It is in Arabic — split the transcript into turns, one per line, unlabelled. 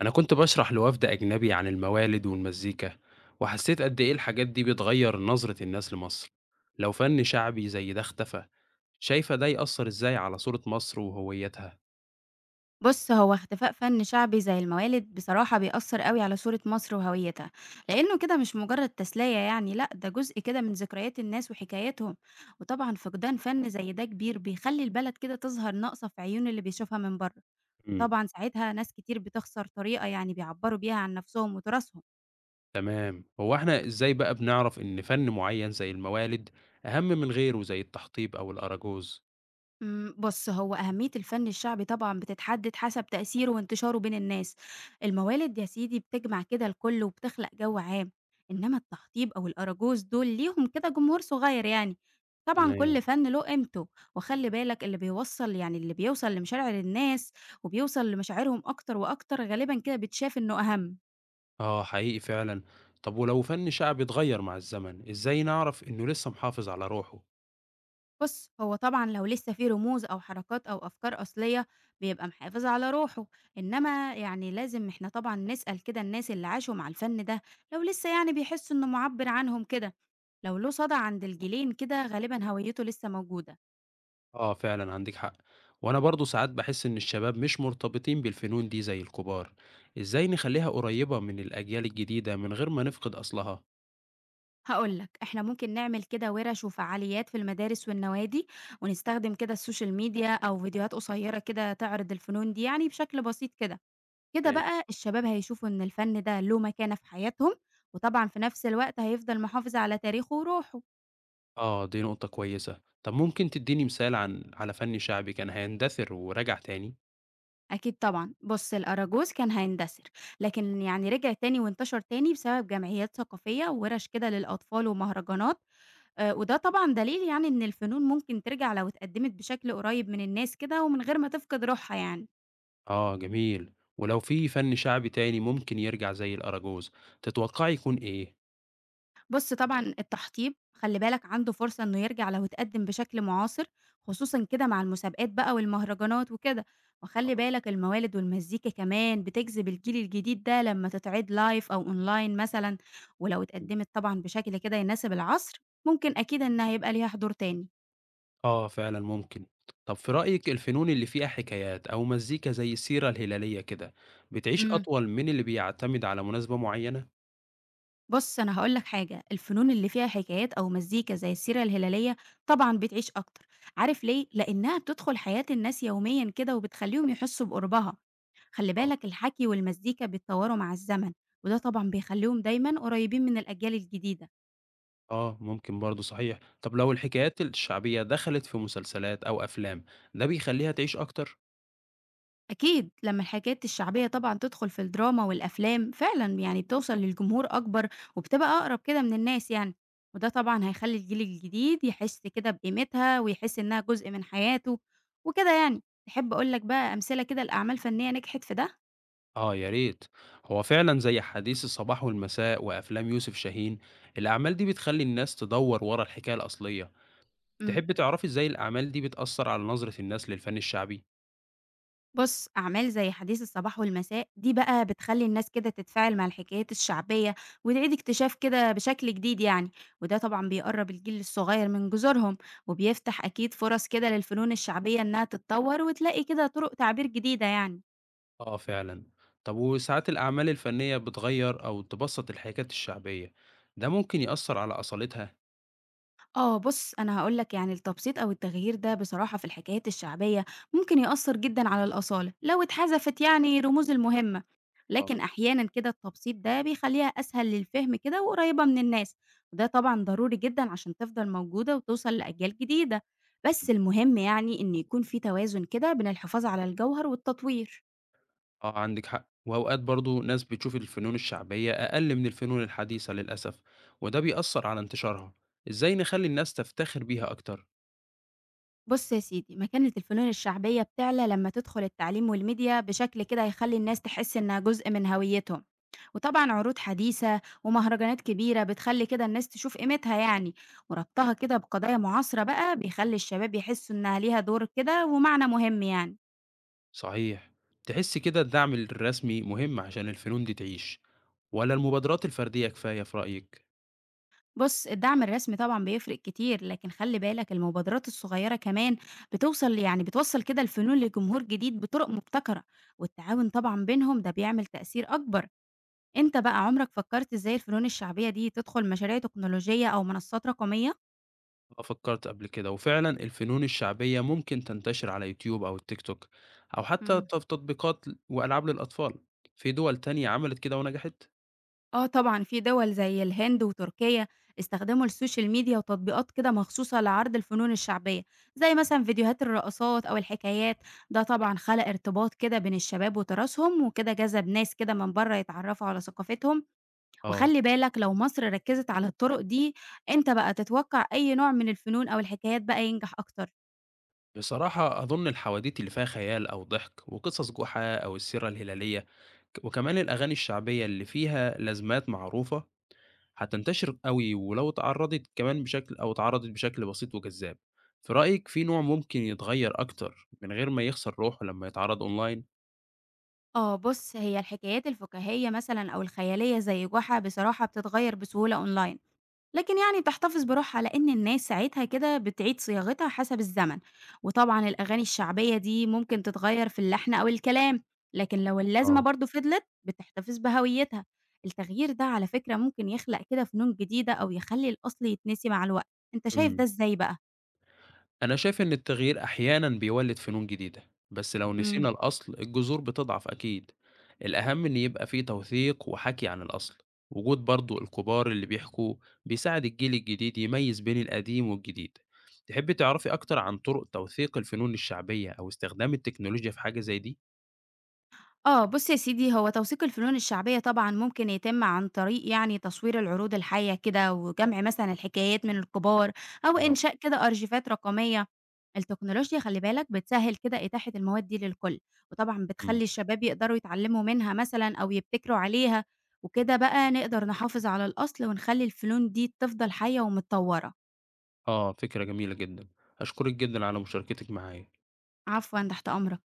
أنا كنت بشرح لوفد أجنبي عن الموالد والمزيكا، وحسيت قد إيه الحاجات دي بتغير نظرة الناس لمصر. لو فن شعبي زي ده اختفى، شايفة ده يأثر إزاي على صورة مصر وهويتها؟
بُص، هو اختفاء فن شعبي زي الموالد بصراحة بيأثّر أوي على صورة مصر وهويتها، لإنه كده مش مجرد تسلية يعني، لأ ده جزء كده من ذكريات الناس وحكاياتهم، وطبعًا فقدان فن زي ده كبير بيخلّي البلد كده تظهر ناقصة في عيون اللي بيشوفها من برّه،
مم.
وطبعًا ساعتها ناس كتير بتخسر طريقة يعني بيعبّروا بيها عن نفسهم وتراثهم.
تمام، هو إحنا إزاي بقى بنعرف إن فن معين زي الموالد أهم من غيره زي التحطيب أو الأراجوز؟
بُص هو أهمية الفن الشعبي طبعًا بتتحدد حسب تأثيره وانتشاره بين الناس، الموالد يا سيدي بتجمع كده الكل وبتخلق جو عام، إنما التحطيب أو الأراجوز دول ليهم كده جمهور صغير يعني، طبعًا كل
تمام،
فن له قيمته، وخلّي بالك اللي بيوصّل يعني اللي بيوصل لمشاعر الناس وبيوصل لمشاعرهم أكتر وأكتر غالبًا كده بيتشاف إنه أهم.
آه حقيقي فعلا. طب ولو فن شعبي اتغير مع الزمن، إزاي نعرف إنه لسه محافظ على روحه؟
بُص، هو طبعًا لو لسه في رموز أو حركات أو أفكار أصلية بيبقى محافظ على روحه، إنما يعني لازم إحنا طبعًا نسأل كده الناس اللي عاشوا مع الفن ده، لو لسه يعني بيحسوا إنه مُعبّر عنهم كده، لو له صدى عند الجيلين كده غالبًا هويته لسه موجودة.
آه فعلًا عندِك حق، وأنا برضه ساعات باحس إن الشباب مش مرتبطين بالفنون دي زي الكبار، إزاي نخلّيها قريبة من الأجيال الجديدة من غير ما نفقد أصلها؟
هاقول لك، إحنا ممكن نعمل كده وِرَش وفعاليات في المدارس والنوادي، ونستخدم كده السوشيال ميديا أو فيديوهات قصيرة كده تعرض الفنون دي يعني بشكل بسيط كده. كده
تمام،
بقى الشباب هيشوفوا إن الفن ده له مكانة في حياتهم، وطبعا في نفس الوقت هيفضل محافظ على تاريخه وروحه.
آه دي نقطة كويسة، طب ممكن تدّيني مثال عن على فن شعبي كان هيندثر ورجع تاني؟
أكيد طبعا بص الأراجوز كان هيندثر لكن يعني رجع تاني وانتشر تاني بسبب جمعيات ثقافية وورش كده للأطفال ومهرجانات. وده طبعا دليل يعني إن الفنون ممكن ترجع لو اتقدمت بشكل قريب من الناس كده ومن غير ما تفقد روحها يعني.
آه جميل، ولو في فن شعبي تاني ممكن يرجع زي الأراجوز، تتوقعي يكون إيه؟
بُص طبعًا التحطيب خلّي بالك عنده فرصة إنه يرجع لو اتقدّم بشكل معاصر، خصوصًا كده مع المسابقات بقى والمهرجانات وكده، وخلّي بالك الموالد والمزيكا كمان بتجذب الجيل الجديد ده لمّا تتعِد live أو online مثلًا، ولو
آه.
اتقدّمت طبعًا بشكل كده يناسب العصر، ممكن أكيد إنها هيبقى ليها حضور تاني.
آه فعلًا ممكن. طب في رأيِك الفنون اللي فيها حكايات أو مزيكا زي السيرة الهلالية كده، بتعيش
إمم.
أطول من اللي بيعتمد على مناسبة معينة؟
بُص أنا هاقول لك حاجة، الفنون اللي فيها حكايات أو مزيكا زي السيرة الهلالية طبعًا بتعيش أكتر، عارف ليه؟ لإنها بتدخل حياة الناس يوميًا كده وبتخلّيهم يحسّوا بقُربها. خلّي
آه.
بالك الحكي والمزيكا بيتطوروا مع الزمن، وده طبعًا بيخلّيهم دايمًا قريبين من الأجيال الجديدة.
آه ممكن برضه صحيح. طب لو الحكايات الشعبية دخلت في مسلسلات أو أفلام، ده بيخلّيها تعيش أكتر؟
أكيد لمّا الحكايات الشعبية طبعًا تدخل في الدراما والأفلام، فعلًا يعني بتوصل للجمهور أكبر وبتبقى أقرب كده من الناس يعني، وده طبعًا هيخلّي الجيل الجديد يحس كده بقيمتها ويحس إنها جزء من حياته وكده يعني. تحب أقول لك بقى أمثلة كده لأعمال فنية نجحت في ده؟
آه يا ريت. هو فعلًا زي حديث الصباح والمساء وأفلام يوسف شاهين، الأعمال دي بتخلّي الناس تدوّر ورا الحكاية الأصلية.
إمم.
تحبي تعرفي إزاي الأعمال دي بتأثّر على نظرة الناس للفن الشعبي؟
بُص، أعمال زي حديث الصباح والمساء دي بقى بتخلّي الناس كده تتفاعل مع الحكايات الشعبية، وتعيد اكتشاف كده بشكل جديد يعني، وده طبعًا بيقرّب الجيل الصغير من جذورهم، وبيفتح أكيد فرص كده للفنون الشعبية إنها تتطور وتلاقي كده طرق تعبير جديدة يعني.
آه فعلًا. طب وساعات الأعمال الفنية بتغيّر أو تبسّط الحكايات الشعبية، ده ممكن يأثّر على أصالتها؟
بُص، أنا هاقول لك يعني التبسيط أو التغيير ده بصراحة في الحكايات الشعبية ممكن يأثّر جدًا على الأصالة، لو اتحذفت يعني رموز المهمة،
آه.
لكن أحيانًا كده التبسيط ده بيخلّيها أسهل للفهم كده وقريّبة من الناس، وده طبعًا ضروري جدًا عشان تفضل موجودة وتوصل لأجيال جديدة، بس المهم يعني إن يكون في توازن كده بين الحفاظ على الجوهر والتطوير.
آه عندِك حق، وأوقات برضه ناس بتشوف الفنون الشعبية أقل من الفنون الحديثة للأسف، وده بيأثّر على انتشارها. إزاي نخلّي الناس تفتخر بيها أكتر؟
بُص يا سيدي، ما كانت الفنون الشعبية بتعلى لمّا تدخل التعليم والميديا بشكل كده هيخلّي الناس تحس إنها جزء من هويتهم، وطبعًا عروض حديثة ومهرجانات كبيرة بتخلّي كده الناس تشوف قيمتها يعني، وربطها كده بقضايا معاصرة بقى بيخلّي الشباب يحسوا إنها ليها دور كده ومعنى مهم يعني.
صحيح، تحسّي كده الدعم الرسمي مهم عشان الفنون دي تعيش والّا المبادرات الفردية كفاية في رأيِك؟
بُص، الدعم الرسمي طبعًا بيفرق كتير، لكن خلّي بالك المبادرات الصغيرة كمان بتوصل يعني بتوصّل كده الفنون لجمهور جديد بطرق مبتكرة، والتعاون طبعًا بينهم ده بيعمل تأثير أكبر. أنت بقى عمرك فكّرت إزاي الفنون الشعبية دي تدخل مشاريع تكنولوجية أو منصات رقمية؟
آه، فكرت قبل كده وفعلا الفنون الشعبية ممكن تنتشر على يوتيوب أو التيك توك أو حتى
إمم.
تطبيقات وألعاب للأطفال. في دول تانية عملت كده ونجحت.
طبعًا في دول زي الهند وتركيا استخدموا السوشيال ميديا وتطبيقات كده مخصوصة لعرض الفنون الشعبية، زي مثلًا فيديوهات الرقصات أو الحكايات، ده طبعًا خلق ارتباط كده بين الشباب وتراثهم، وكده جذب ناس كده من برّه يتعرّفوا على ثقافتهم،
اه،
وخلّي بالك لو مصر ركّزت على الطرق دي، أنت بقى تتوقع أي نوع من الفنون أو الحكايات بقى ينجح أكتر؟
بصراحة أظن الحواديت اللي فيها خيال أو ضحك وقصص جحا أو السيرة الهلالية، وكمان الأغاني الشعبية اللي فيها لازمات معروفة هتنتشر قوي، ولو اتعرضت كمان بشكل أو اتعرضت بشكل بسيط وجذاب. في رأيك في نوع ممكن يتغير أكتر من غير ما يخسر روحه لما يتعرض أونلاين؟
بُص، هي الحكايات الفكاهية مثلًا أو الخيالية زي جحا بصراحة بتتغيّر بسهولة أونلاين، لكن يعني بتحتفظ بروحها لإن الناس ساعتها كده بتعيد صياغتها حسب الزمن، وطبعًا الأغاني الشعبية دي ممكن تتغيّر في اللحن أو الكلام، لكن لو اللازمة
اه.
برضه فضلت بتحتفظ بهويتها، التغيير ده على فكرة ممكن يخلق كده فنون جديدة أو يخلّي الأصل يتنسي مع الوقت، أنت شايف ده
امم
إزاي بقى؟
أنا شايف إن التغيير أحيانًا بيولد فنون جديدة، بس لو
إمم.
نسينا الأصل الجذور بتضعف أكيد. الأهم إن يبقى في توثيق وحكي عن الأصل، وجود برضه الكبار اللي بيحكوا بيساعد الجيل الجديد يميز بين القديم والجديد. تحبي تعرفي أكتر عن طرق توثيق الفنون الشعبية أو استخدام التكنولوجيا في حاجة زي دي؟
بُص يا سيدي، هو توثيق الفنون الشعبية طبعًا ممكن يتم عن طريق يعني تصوير العروض الحية كده، وجمع مثلًا الحكايات من الكبار، أو
آه.
إنشاء كده أرشيفات رقمية. التكنولوجيا خلّي بالك بتسهّل كده إتاحة المواد دي للكل، وطبعًا
إمم.
بتخلّي الشباب يقدروا يتعلموا منها مثلًا أو يبتكروا عليها، وكده بقى نقدر نحافظ على الأصل ونخلّي الفنون دي تفضل حية ومتطورة.
آه، فكرة جميلة جدًا، أشكرِك جدًا على مشاركتِك معايا.
عفوًا، تحت أمرك.